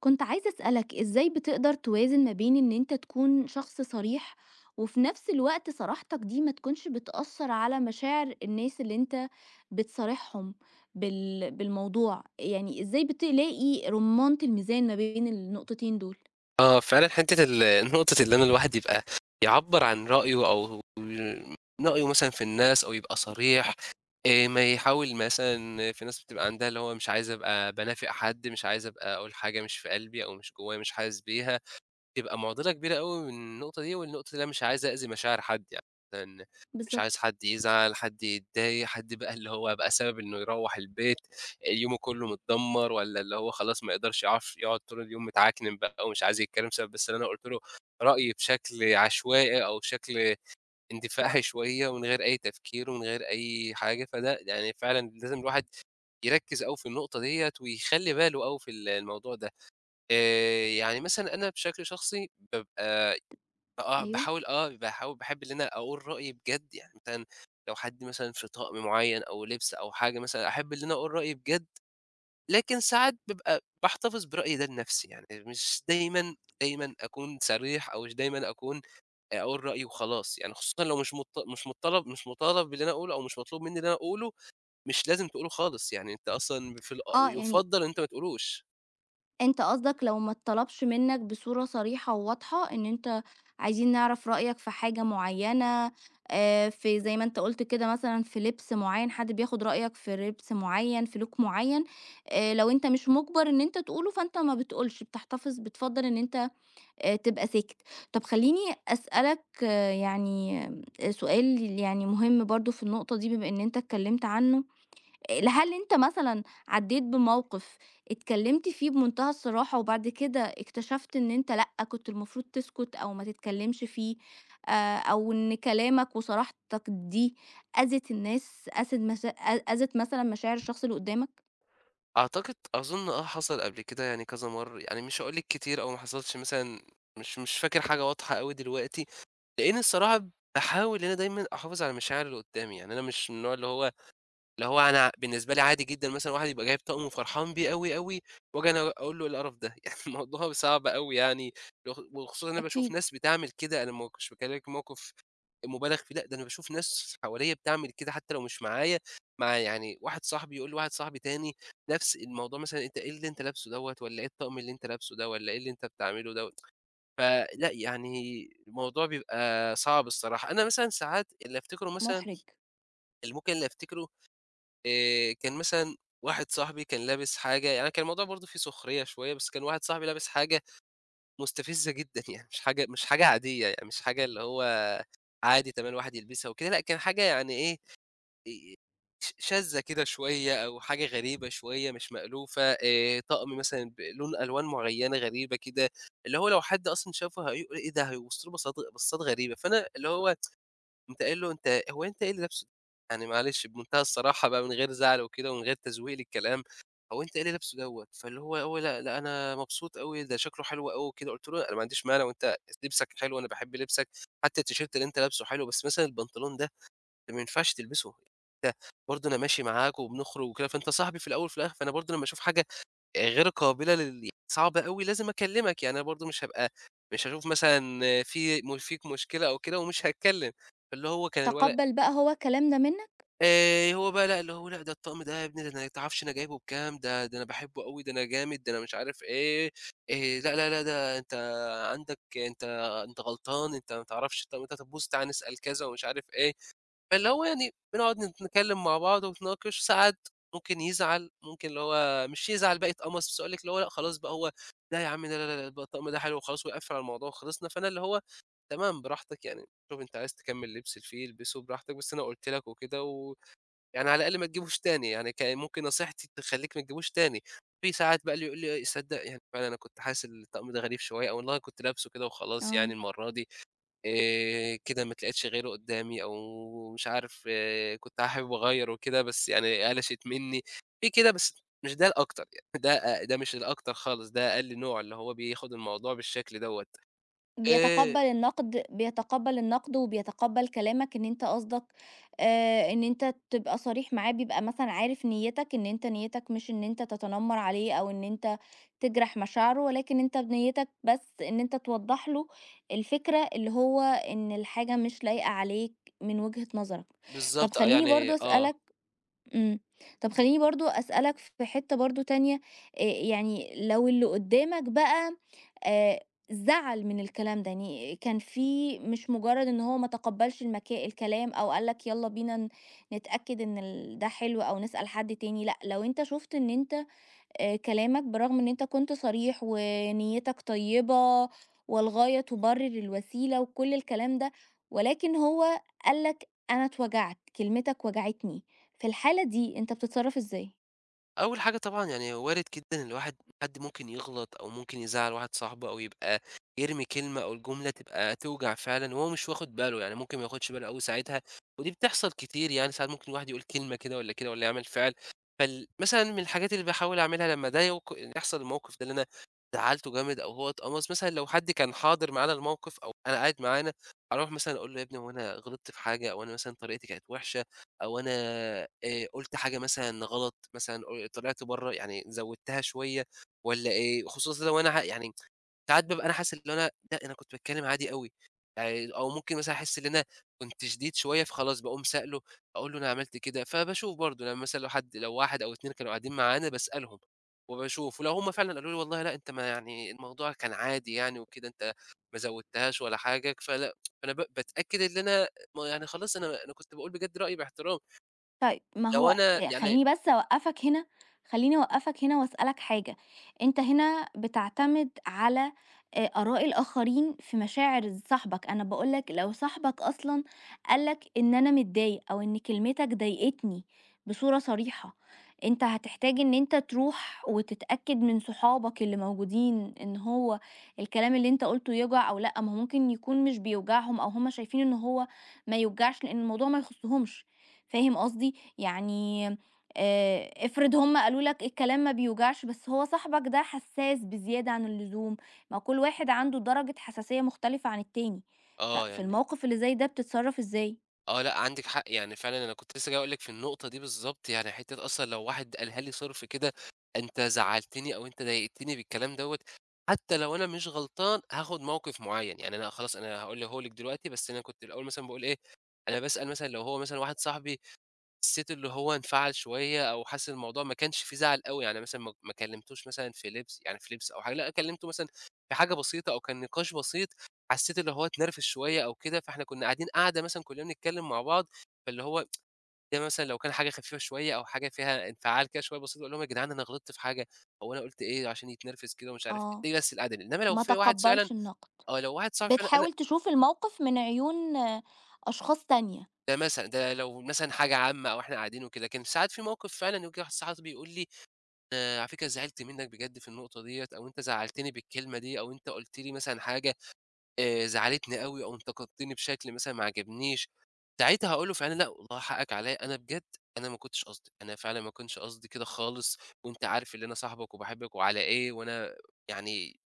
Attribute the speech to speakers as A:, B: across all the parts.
A: كنت عايزة أسألك إزاي بتقدر توازن ما بين إن أنت تكون شخص صريح وفي نفس الوقت صراحتك دي ما تكونش بتأثر على مشاعر الناس اللي أنت بتصارحهم بالموضوع، يعني إزاي بتلاقي رمانة الميزان ما بين النقطتين دول؟
B: آه، فعلًا حتّة نقطة اللي أنا الواحد يبقى يعبّر عن رأيه مثلًا في الناس أو يبقى صريح. ما يحاول، مثلًا في ناس بتبقى عندها اللي هو مش عايز أبقى بانافق حد، مش عايز أبقى أقول حاجة مش في قلبي أو مش جوّايا، مش حاسس بيها. تبقى معضلة كبيرة أوي من النقطة دي، والنقطة دي أنا مش عايز أأذي مشاعر حد يعني، لإن مش عايز
A: بالظبط.
B: حد يزعل، حد يتضايق، حد بقى اللي هو يبقى سبب إنه يروّح البيت يومه كلّه متدمّر، والّا اللي هو خلاص ما يقدرش يعرف يقعد طول اليوم متعكنن بقى ومش عايز يتكلّم بسبب بس إن أنا قُلت له رأيي بشكل عشوائي أو بشكل اندفاعي شوية ومن غير أي تفكير ومن غير أي حاجة. فده يعني فعلًا لازم الواحد يركّز أوي في النقطة ديّة ويخلّي باله أوي في الموضوع ده. يعني مثلًا أنا بشكل شخصي بابقى آه،
A: أيوه.
B: باحاول آه، باحب إن أنا أقول رأيي بجد. يعني مثلًا لو حد مثلًا في طقم معيّن أو لبس أو حاجة مثلًا، أحب إن أنا أقول رأيي بجد، لكن ساعات بابقى باحتفظ برأيي ده لنفسي. يعني مش دايمًا، دايمًا أكون صريح أو مش دايمًا أكون أقول رأيي وخلاص. يعني خصوصًا لو مش مط مش مطّلب مش مطالب باللي أنا أقوله أو مش مطلوب منّي اللي أنا أقوله، مش لازم تقوله خالص. يعني أنت أصلًا في الأ
A: آه يعني
B: يُفضّل إن أنت ما تقولوش.
A: أنت قصدك لو ما اتطلبش منك بصورة صريحة وواضحة إن أنت عايزين نعرف رأيك في حاجة معينة، في زي ما أنت قلت كده مثلا في لبس معين، حد بياخد رأيك في لبس معين في لوك معين، لو أنت مش مجبر إن أنت تقوله فأنت ما بتقولش، بتحتفظ، بتفضل إن أنت تبقى ساكت. طب خليني أسألك سؤال يعني مهم برضو في النقطة دي، بما إن أنت اتكلمت عنه، هل أنت مثلًا عدّيت بموقف اتكلّمت فيه بمنتهى الصراحة وبعد كده اكتشفت إن أنت لأ، كنت المفروض تسكت أو ما تتكلّمش فيه، أو إن كلامك وصراحتك دي أذِت الناس، أذِت مثلًا مشاعر الشخص اللي قُدّامك؟
B: أعتقد أظن آه حصل قبل كده يعني كذا مرّة، يعني مش هاقول لِك كتير أو ما حصلش مثلًا. مش فاكر حاجة واضحة أوي دلوقتي، لإن الصراحة باحاول إن أنا دايمًا أحافظ على المشاعر اللي قدّامي. يعني أنا مش من النوع اللي هو أنا بالنسبة لي عادي جدًا مثلًا واحد يبقى جايب طقم وفرحان بيه أوي، أوي، وآجي أنا أقول له إيه القرف ده؟ يعني الموضوع صعب أوي يعني. وخصوصًا أنا باشوف
A: أكيد.
B: ناس بتعمل كده، أنا ما كنتش باكلمِك موقف مبالغ فيه، لأ، ده أنا باشوف ناس حواليّا بتعمل كده حتى لو مش معايا، مع يعني واحد صاحبي يقول لواحد صاحبي تاني نفس الموضوع مثلًا، أنت إيه اللي أنت لابسه دوّة، والّا إيه الطقم اللي أنت لابسه ده، والّا إيه اللي أنت بتعمله دوّة. فلأ يعني الموضوع بيبقى صعب الصراحة. أنا مثلًا ساعات
A: مُحرِج.
B: اللي أفتكره كان مثلًا واحد صاحبي كان لابس حاجة، يعني كان الموضوع برضه فيه سخرية شوية، بس كان واحد صاحبي لابس حاجة مستفزة جدًا يعني مش حاجة عادية، يعني مش حاجة اللي هو عادي تمام الواحد يلبسها وكده، لأ كان حاجة يعني إيه، آآ شاذة كده شوية أو حاجة غريبة شوية مش مألوفة، طقم مثلًا بلون ألوان معيّنة غريبة كده، اللي هو لو حد أصلًا شافه هيقول إيه ده، هيبُص له بصات بصات غريبة. فأنا اللي هو قمت قايل له: "أنت هو أنت إيه اللي لابسه ده؟" يعني معلش بمنتهى الصراحة بقى، من غير زعل وكده ومن غير تزويق للكلام، "هو أنت إيه اللي لابسه دوّة؟" فاللي هو هو "لأ، لأ، أنا مبسوط أوي، ده شكله حلو أوي وكده." قُلت له: "أنا ما عنديش مانع، وأنت لبسك حلو، أنا باحب لبسك، حتى التيشيرت اللي أنت لابسه حلو، بس مثلًا البنطلون ده ما ينفعش تلبسه. أنت برضه أنا ماشي معاك وبنخرج وكده، فأنت صاحبي في الأول وفي الآخر، فأنا برضه لمّا أشوف حاجة غير قابلة صعب أوي لازم أكلّمك. يعني أنا برضه مش هابقى مش هاشوف مثلًا في م فيك مشكلة أو كده ومش هاتكلّم." فاللي هو كان الولد
A: تقبّل بقى هو الكلام ده منّك.
B: هو بقى لأ، اللي هو لأ، ده الطقم ده يا ابني، ده أنا ما تعرفش أنا جايبه بكام، ده أنا باحبه أوي، ده أنا جامد، ده أنا مش عارف إيه، لأ، لا، لا، ده أنت عندك أنت غلطان، أنت ما تعرفش، طَب أنت طَب بُص تعالَ نسأل كذا ومش عارف إيه. فاللي هو يعني بنقعد نتكلم مع بعض ونتناقش. ساعات ممكن يزعل، ممكن اللي هو مش يزعل بقى يتقمص، بس أقول لِك اللي هو لأ، خلاص بقى هو "لا يا عم، لا، لا، لا، لا، الطقم ده حلو وخلاص." ويقفّل على الموضوع وخلصنا. فأنا اللي هو تمام، براحتك يعني، شوف أنت عايز تكمّل لبس اللي فيه البسه براحتك، بس أنا قُلت لك وكده، ويعني على الأقل ما تجيبوش تاني، يعني كان ممكن نصيحتي تخلّيك ما تجيبوش تاني. في ساعات بقى اللي يقول لي: إيه، "صدّق يعني فعلًا أنا كنت حاسس الطقم ده غريب شوية." أو اللي هو كنت لابسه كده وخلاص يعني
A: آه.
B: المرّة دي. كده ما اتلاقيتش غيره قدّامي، أو مش عارف إيه كنت حابب أغيّر وكده، بس يعني قلشِت منّي. في كده، بس مش ده الأكتر يعني، ده ده مش الأكتر خالص، ده أقل نوع اللي هو بياخد الموضوع بالشكل دوّة. آآ
A: بيتقبّل النقد وبيتقبّل كلامك، إن أنت قصدك إن أنت تبقى صريح معاه، بيبقى مثلًا عارف نيّتك، إن أنت نيّتك مش إن أنت تتنمّر عليه أو إن أنت تجرح مشاعره، ولكن أنت بنيّتك بس إن أنت توضّح له الفكرة اللي هو إن الحاجة مش لايقة عليك من وجهة نظرك. طَب
B: بالضبط، آه،
A: خلّيني
B: يعني
A: برضه
B: آه.
A: أسألك. إمم. طب خلّيني برضه أسألك في حتّة برضه تانية، يعني لو اللي قدّامك بقى آآ زعل من الكلام ده، يعني كان في، مش مجرّد إن هو ما تقبّلش الكلام أو قال لك يالّا بينا نتأكد إن ده حلو أو نسأل حد تاني، لأ، لو أنت شُفت إن أنت كلامك بالرغم إن أنت كنت صريح ونيّتك طيبة والغاية تبرر الوسيلة وكل الكلام ده، ولكن هو قال لك أنا اتوجعت، كلمتك وجعتني، في الحالة دي أنت بتتصرّف إزاي؟
B: أول حاجة طبعًا يعني وارد جدًا الواحد، حد ممكن يغلط أو ممكن يزعّل واحد صاحبه أو يبقى يرمي كلمة أو الجملة تبقى توجع فعلًا وهو مش واخد باله. يعني ممكن ما ياخدش باله أوي ساعتها، ودي بتحصل كتير، يعني ساعات ممكن الواحد يقول كلمة كده والّا كده والّا يعمل فعل. مثلًا من الحاجات اللي باحاول أعملها لمّا ده يحصل الموقف ده اللي أنا زعّلته جامد أو هو اتقمص، مثلًا لو حد كان حاضر معانا الموقف أو أنا قاعد معانا، أروح مثلًا أقول له: "يا ابني، هو أنا غلطت في حاجة أو أنا مثلًا طريقتي كانت وحشة؟" أو أنا قُلت حاجة مثلًا غلط، مثلًا طلعت برّه يعني زوّدتها شوية والّا إيه؟ خصوصًا لو أنا يعني ساعات بابقى أنا حاسس اللي هو أنا لأ، أنا كنت باتكلّم عادي أوي، يعني أو ممكن مثلًا أحس إن أنا كنت شديد شوية، فخلاص باقوم سائله، أقول له أنا عملت كده، فباشوف برضه لمّا مثلًا لو حد لو واحد أو 2 كانوا قاعدين معانا باسألهم وباشوف، ولو هم فعلًا قالوا لي والله لأ، أنت ما يعني الموضوع كان عادي يعني وكده، أنت ما زوّدتهاش ولا حاجة، فلأ، فأنا باتأكد إن أنا ما يعني خلاص أنا كنت باقول بجد رأيي باحترام.
A: طيب، ما
B: لو
A: هو
B: أنا يعني
A: خلّيني بس أوقّفك هنا، خلّيني أوقّفك هنا وأسألك حاجة، أنت هنا بتعتمد على آراء الآخرين في مشاعر صاحبك، أنا باقول لك لو صاحبك أصلًا قال لك إن أنا متضايق أو إن كلمتك ضايقتني بصورة صريحة، أنت هتحتاج إن أنت تروح وتتأكد من صحابك اللي موجودين إن هو الكلام اللي أنت قُلته يوجع أو لأ، ما هو ممكن يكون مش بيوجعهم أو هُم شايفين إن هو ما يوجعش لإن الموضوع ما يخصّهمش. فاهم قصدي؟ يعني افرض هُم قالوا لك الكلام ما بيوجعش، بس هو صاحبك ده حساس بزيادة عن اللزوم، ما كل واحد عنده درجة حساسية مختلفة عن التاني،
B: آه،
A: ففي
B: يعني
A: الموقف اللي زي ده بتتصرّف إزاي؟
B: آه لأ، عندِك حق، يعني فعلًا أنا كنت لسه جاي أقول لِك في النقطة دي بالضبط. يعني حتّة أصلًا لو واحد قالها لي صِرف كده، أنت زعّلتني أو أنت ضايقتني بالكلام دوّة، حتى لو أنا مش غلطان هاخُد موقِف معيّن. يعني أنا خلاص أنا هاقولها لِك دلوقتي، بس أنا كنت الأول مثلًا باقول إيه، أنا باسأل مثلًا لو هو مثلًا واحد صاحبي حسيت اللي هو انفعل شوية أو حاسس إن الموضوع ما كانش فيه زعل أوي، يعني مثلًا ما كلمتوش مثلًا في لبس، يعني في لبس أو حاجة، لأ كلمته مثلًا في حاجة بسيطة أو كان نقاش بسيط، حسيت اللي هو اتنرفز شوية أو كده، فإحنا كنا قاعدين قعدة مثلًا كلنا بنتكلم مع بعض، فاللي هو ده مثلًا لو كان حاجة خفيفة شوية أو حاجة فيها انفعال كده شوية بسيط، أقول لهم: "يا جدعان، أنا غلطت في حاجة، هو أنا قُلت إيه عشان يتنرفز كده ومش عارف إيه."
A: آه،
B: دي بس القعدة دي. إنما لو
A: ما
B: في واحد فعلًا
A: تقبّلش النقد،
B: آه، لو واحد صاحبي فعلًا أنا
A: بتحاول تشوف الموقف من عيون أشخاص تانية،
B: ده مثلًا، ده لو مثلًا حاجة عامة أو إحنا قاعدين وكده، لكن ساعات في موقف فعلًا ييجي واحد صاحبي يقول لي أنا على فكرة زعلت منّك بجد في النقطة ديّة، أو أنت زعّلتني بالكلمة دي، أو أنت قُلت لي مثلًا حاجة زعلتني أوي أو انتقدتني بشكل مثلًا ما عجبنيش. ساعتها هاقول له فعلًا لأ، والله حقّك عليّا، أنا بجد أنا ما كنتش قصدي، أنا فعلًا ما كنتش قصدي كده خالص، وأنت عارف اللي أنا صاحبك وباحبك وعلى إيه وأنا يعني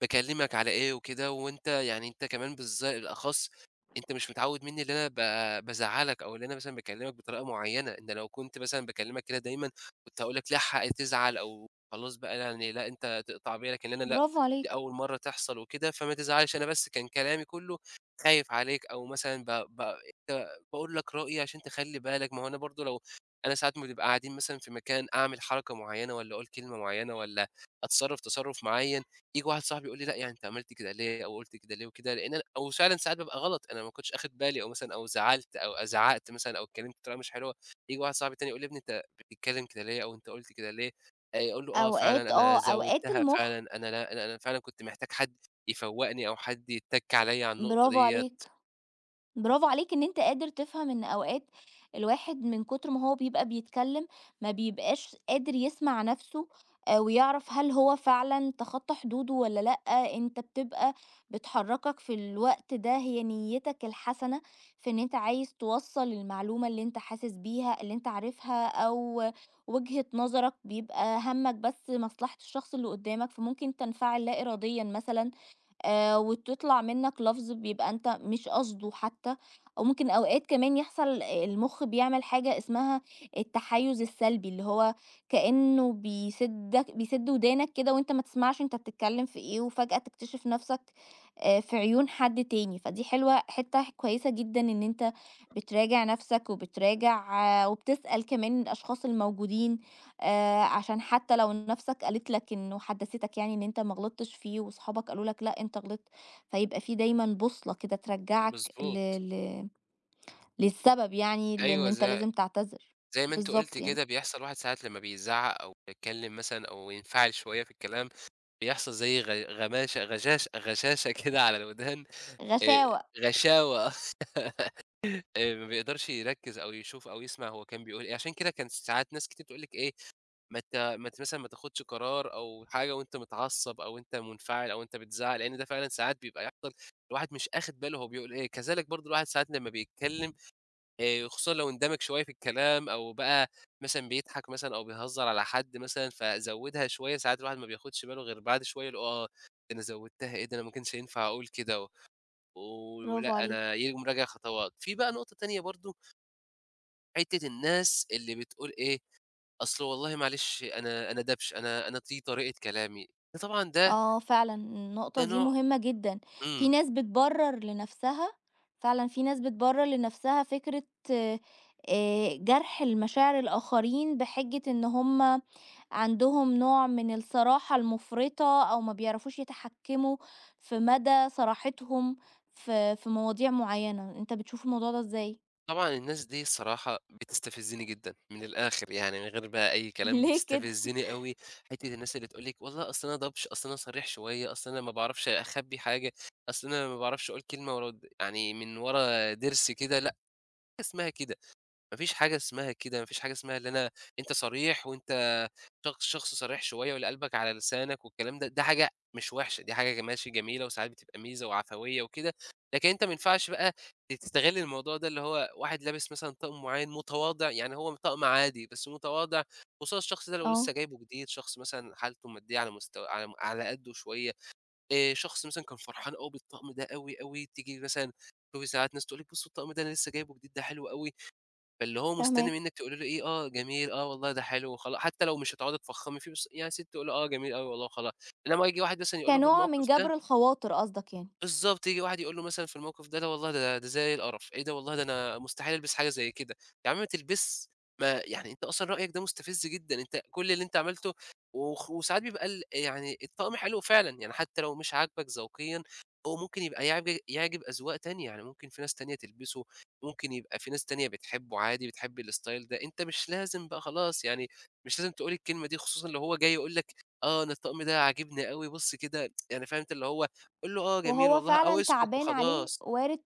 B: باكلّمك على إيه وكده، وأنت يعني أنت كمان الأخص أنت مش متعوّد منّي اللي أنا بازعّلك أو اللي أنا مثلًا باكلّمك بطريقة معيّنة. إن لو كنت مثلًا باكلّمك كده دايمًا كنت هاقول لك ليها حق تزعل أو خلاص بقى يعني لأ، أنت تقطع بيّا، لكن أنا لأ،
A: برافو
B: دي
A: عليك.
B: أول مرّة تحصل وكده، فما تزعلش، أنا بس كان كلامي كلّه خايف عليك، أو مثلًا ب ب أنت باقول لك رأيي عشان تخلّي بالك. ما هو أنا برضه لو أنا ساعات ما بنبقى قاعدين مثلًا في مكان، أعمل حركة معيّنة والّا أقول كلمة معيّنة والّا أتصرّف تصرُّف معيّن، ييجي واحد صاحبي يقول لي: "لأ، يعني أنت عملت كده ليه أو قُلت كده ليه وكده؟" لإن أنا أو فعلًا ساعات بابقى غلط، أنا ما كنتش آخد بالي، أو مثلًا أو زعلت أو زعقت مثلًا أو اتكلمت بطريقة مش حلوة، ييجي واحد صاحبي تاني يقول لي: "يا ابني، أنت بتتكلم كده ليه أو أنت قُلت كده ليه؟" أقول له: "آه، فعلًا
A: أوقات
B: أنا
A: آه، أوقات
B: زوّدتها فعلًا،
A: المُخ.
B: أنا لا، أنا فعلًا كنت محتاج حد يفوّقني أو حد يتَّك عليّا على النقطة
A: برافو
B: ديّة."
A: عليك. برافو عليك إن أنت قادر تفهم إن أوقات الواحد من كتر ما هو بيبقى بيتكلم ما بيبقاش قادر يسمع نفسه، آه، ويعرف هل هو فعلا تخطى حدوده ولا لأ، أنت بتبقى بتحركك في الوقت ده هي نيتك الحسنة في إن أنت عايز توصل المعلومة اللي أنت حاسس بيها اللي أنت عارفها أو وجهة نظرك، بيبقى همك بس مصلحة الشخص اللي قدامك، فممكن تنفعل لا إراديا مثلا وتطلع منّك لفظ بيبقى أنت مش قاصده حتّى، أو ممكن أوقات كمان يحصل المُخ بيعمل حاجة اسمها التحيُّز السلبي، اللي هو كإنّه بيسِد ودانك كده وأنت ما تسمعش أنت بتتكلّم في إيه، وفجأة تكتشف نَفْسك في عيون حد تاني، فدي حلوة، حتّة كويسة جدًا إن أنت بتراجع نَفْسك وبتراجع، آه، وبتسأل كمان الأشخاص الموجودين عشان حتى لو نَفْسك قالت لك إنه حدّثتك يعني إن أنت ما غلطتش فيه وصحابك قالوا لك لأ أنت غلطت، فيبقى في دايمًا بوصلة كده ترجّعك ل
B: مضبوط.
A: ل للسبب، يعني لإن
B: أيوه،
A: أنت لازم تعتذر.
B: زي ما أنت قُلت
A: بالضبط يعني.
B: كده، بيحصل الواحد ساعات لمّا بيزعّق أو بيتكلم مثلًا أو ينفعل شوية في الكلام، بيحصل زي غ غماشة غشاش غشاشة كده على الودان، آآ
A: غشاوة.
B: غشاوة آه، ما بيقدرش يركّز أو يشوف أو يسمع هو كان بيقول إيه. عشان كده كان ساعات ناس كتير تقول لِك إيه، ما ت ما ت مثلًا ما تاخدش قرار أو حاجة وأنت متعصّب أو أنت منفعل أو أنت بتزعّق، لإن ده فعلًا ساعات بيبقى يحصل الواحد مش آخِد باله هو بيقول إيه. كذلك برضه الواحد ساعات لمّا بيتكلّم خصوصًا لو اندمج شوية في الكلام أو بقى مثلًا بيضحك مثلًا أو بيهزّر على حد مثلًا فزوّدها شوية، ساعات الواحد ما بياخدش باله غير بعد شوية يقول آه، ده أنا زوّدتها إيه، ده أنا ما كانش ينفع أقول كده و
A: برافو
B: ولأ أنا
A: عليك.
B: يقوم راجع خطوات. في بقى نقطة تانية برضه، حتّة الناس اللي بتقول إيه، أصل والله معلش أنا دبش، أنا دي طريقة كلامي. فطبعًا ده
A: آه فعلًا،
B: ده
A: النقطة دي
B: نوع
A: مهمة جدًا، في
B: إمم.
A: ناس بتبرر لنفسها، فكرة جرح المشاعر الآخرين بحجة إن هُم عندهم نوع من الصراحة المفرطة أو ما بيعرفوش يتحكموا في مدى صراحتهم في مواضيع معينة، أنت بتشوف الموضوع ده إزاي؟
B: طبعًا الناس دي الصراحة بتستفزّني جدًا، من الآخر يعني من غير بقى أي كلام
A: ليه كده؟
B: بتستفزّني أوي، حتّة الناس اللي تقول لِك والله أصل أنا دبش، أصل أنا صريح شوية، أصل أنا ما باعرفش أخبّي حاجة، أصل أنا ما باعرفش أقول كلمة ورا د يعني من ورا ضِرس كده، لأ، حاجة اسمها كده. ما فيش حاجة اسمها كده، ما فيش حاجة اسمها اللي أنا أنت صريح وأنت شخص صريح شوية واللي قلبك على لسانك والكلام ده، ده حاجة مش وحشة، دي حاجة ماشي جميلة وساعات بتبقى ميزة وعفوية وكده، لكن أنت ما ينفعش بقى تستغل الموضوع ده اللي هو واحد لابس مثلًا طقم معيّن متواضع، يعني هو طقم عادي بس متواضع، خصوصًا الشخص ده لو لسه
A: آه.
B: جايبه جديد، شخص مثلًا حالته المادية على مستوى على قدّه شوية، شخص مثلًا كان فرحان أوي بالطقم ده أوي، أوي، تيجي مثلًا تشوفي ساعات ناس تقول لِك بُصّوا الطقم ده أنا لسه جايبه جديد ده حلو أوي، فاللي هو مستني
A: فاهماك.
B: منِّك تقولي له إيه، آه جميل، آه والله ده حلو وخلا حتى لو مش هتقعدي تفخّمي فيه بس يعني يا ستّي قولي له آه جميل أوي والله وخلا، إنما ييجي واحد مثلًا يقول له في
A: كنوع من
B: الموقف ده
A: جبر الخواطر قصدك يعني.
B: بالضبط، ييجي واحد يقول له مثلًا في الموقف ده، "لا والله ده زي القرف، إيه ده والله ده أنا مستحيل ألبس حاجة زي كده." يا عم ما تلبسش، ما يعني أنت أصلًا رأيك ده مستفز جدًا، أنت كل اللي أنت عملته وخ وساعات بيبقى يعني الطقم حلو فعلًا، يعني حتى لو مش عاجبك ذوقيًا هو ممكن يبقى يعجب أذواق تانية، يعني ممكن في ناس تانية تلبسه، ممكن يبقى في ناس تانية بتحبه عادي، بتحب الstyle ده، أنت مش لازم بقى خلاص يعني مش لازم تقول الكلمة دي، خصوصًا لو هو جاي يقول لك: "آه أنا الطقم ده عاجبني أوي، بُص كده." يعني فاهم أنت اللي هو قُل له آه جميل
A: وهو
B: والله أو
A: فعلًا
B: اسكت
A: تعبان عليه،
B: وخلاص،
A: وارد،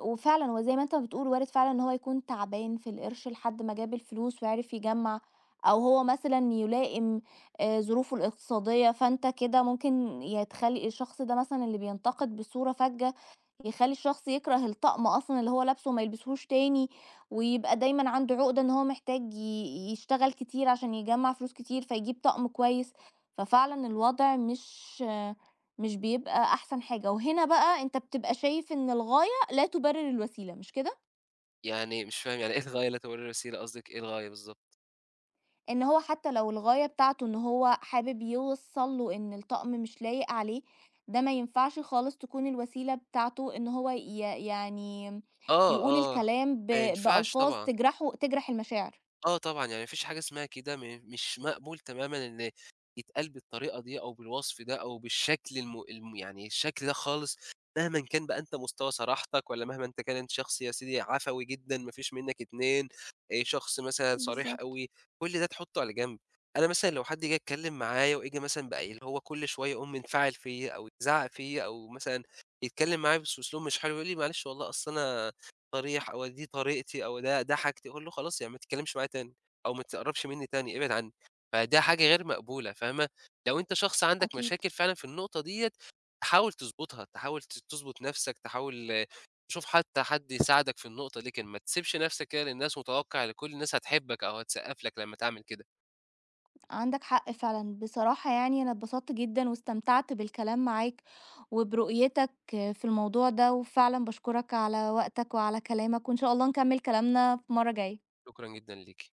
A: وفعلًا وزي ما أنت بتقول وارد فعلًا إن هو يكون تعبان في القرش لحد ما جاب الفلوس وعرف يجمّع، أو هو مثلًا يلائم ظروفه الاقتصادية، فأنت كده ممكن يا تخلّي الشخص ده مثلًا اللي بينتقد بصورة فَجّة، يخلّي الشخص يكره الطقم أصلًا اللي هو لابسه وما يلبسهوش تاني، ويبقى دايمًا عنده عقدة إن هو محتاج يشتغل كتير عشان يجمّع فلوس كتير فيجيب طقم كويس، ففعلًا الوضع مش بيبقى أحسن حاجة، وهنا بقى أنت بتبقى شايف إن الغاية لا تبرر الوسيلة، مش كده؟
B: يعني مش فاهم يعني إيه الغاية لا تبرر الوسيلة قصدِك إيه الغاية بالضبط؟
A: إن هو حتى لو الغاية بتاعته إن هو حابب يوصّل له إن الطقم مش لايق عليه، ده ما ينفعش خالص تكون الوسيلة بتاعته إن هو ي يعني
B: آه،
A: يقول
B: آه،
A: الكلام
B: ما ينفعش
A: بألفاظ
B: طبعًا.
A: تجرحه، تجرح المشاعر.
B: آه طبعًا، يعني ما فيش حاجة اسمها كده م مش مقبول تمامًا إن يتقال بالطريقة دي أو بالوصف ده أو بالشكل الم الم يعني الشكل ده خالص، مهمًا كان بقى أنت مستوى صراحتك والّا مهمًا أنت كان أنت شخص يا سيدي عفوي جدًا ما فيش منّك اتنين، شخص مثلًا صريح
A: بالضبط.
B: أوي، كل ده تحطّه على جنب. أنا مثلًا لو حد جه يتكلم معايا وييجي مثلًا بقى اللي هو كل شوية يقوم منفعل فيّا أو يزعّق فيّا أو مثلًا يتكلم معايا بس بأسلوب مش حلو، يقول لي: "معلش والله أصل أنا" صريح أو دي طريقتي أو ده حاجتي، أقول له خلاص يعني ما تتكلمش معايا تاني، أو ما تقربش منّي تاني، ابعد عني، فده حاجة غير مقبولة فاهمة؟ لو أنت شخص عندك
A: أكيد.
B: مشاكل فعلًا في النقطة ديّة، حاول تضبطها، تحاول تضبط نَفْسك، تحاول تشوف حتى حد يساعدك في النقطة دي، لكن ما تسيبش نَفْسك كده للناس متوقع إن كل الناس هتحبك أو هتسقّف لك لمّا تعمل كده،
A: عندك حق فعلا بصراحة، يعني أنا اتبسطت جدا واستمتعت بالكلام معاك وبرؤيتك في الموضوع ده، وفعلا بشكرك على وقتك وعلى كلامك وإن شاء الله نكمل كلامنا في مرة جاية
B: شكرًا جدًا ليكِ.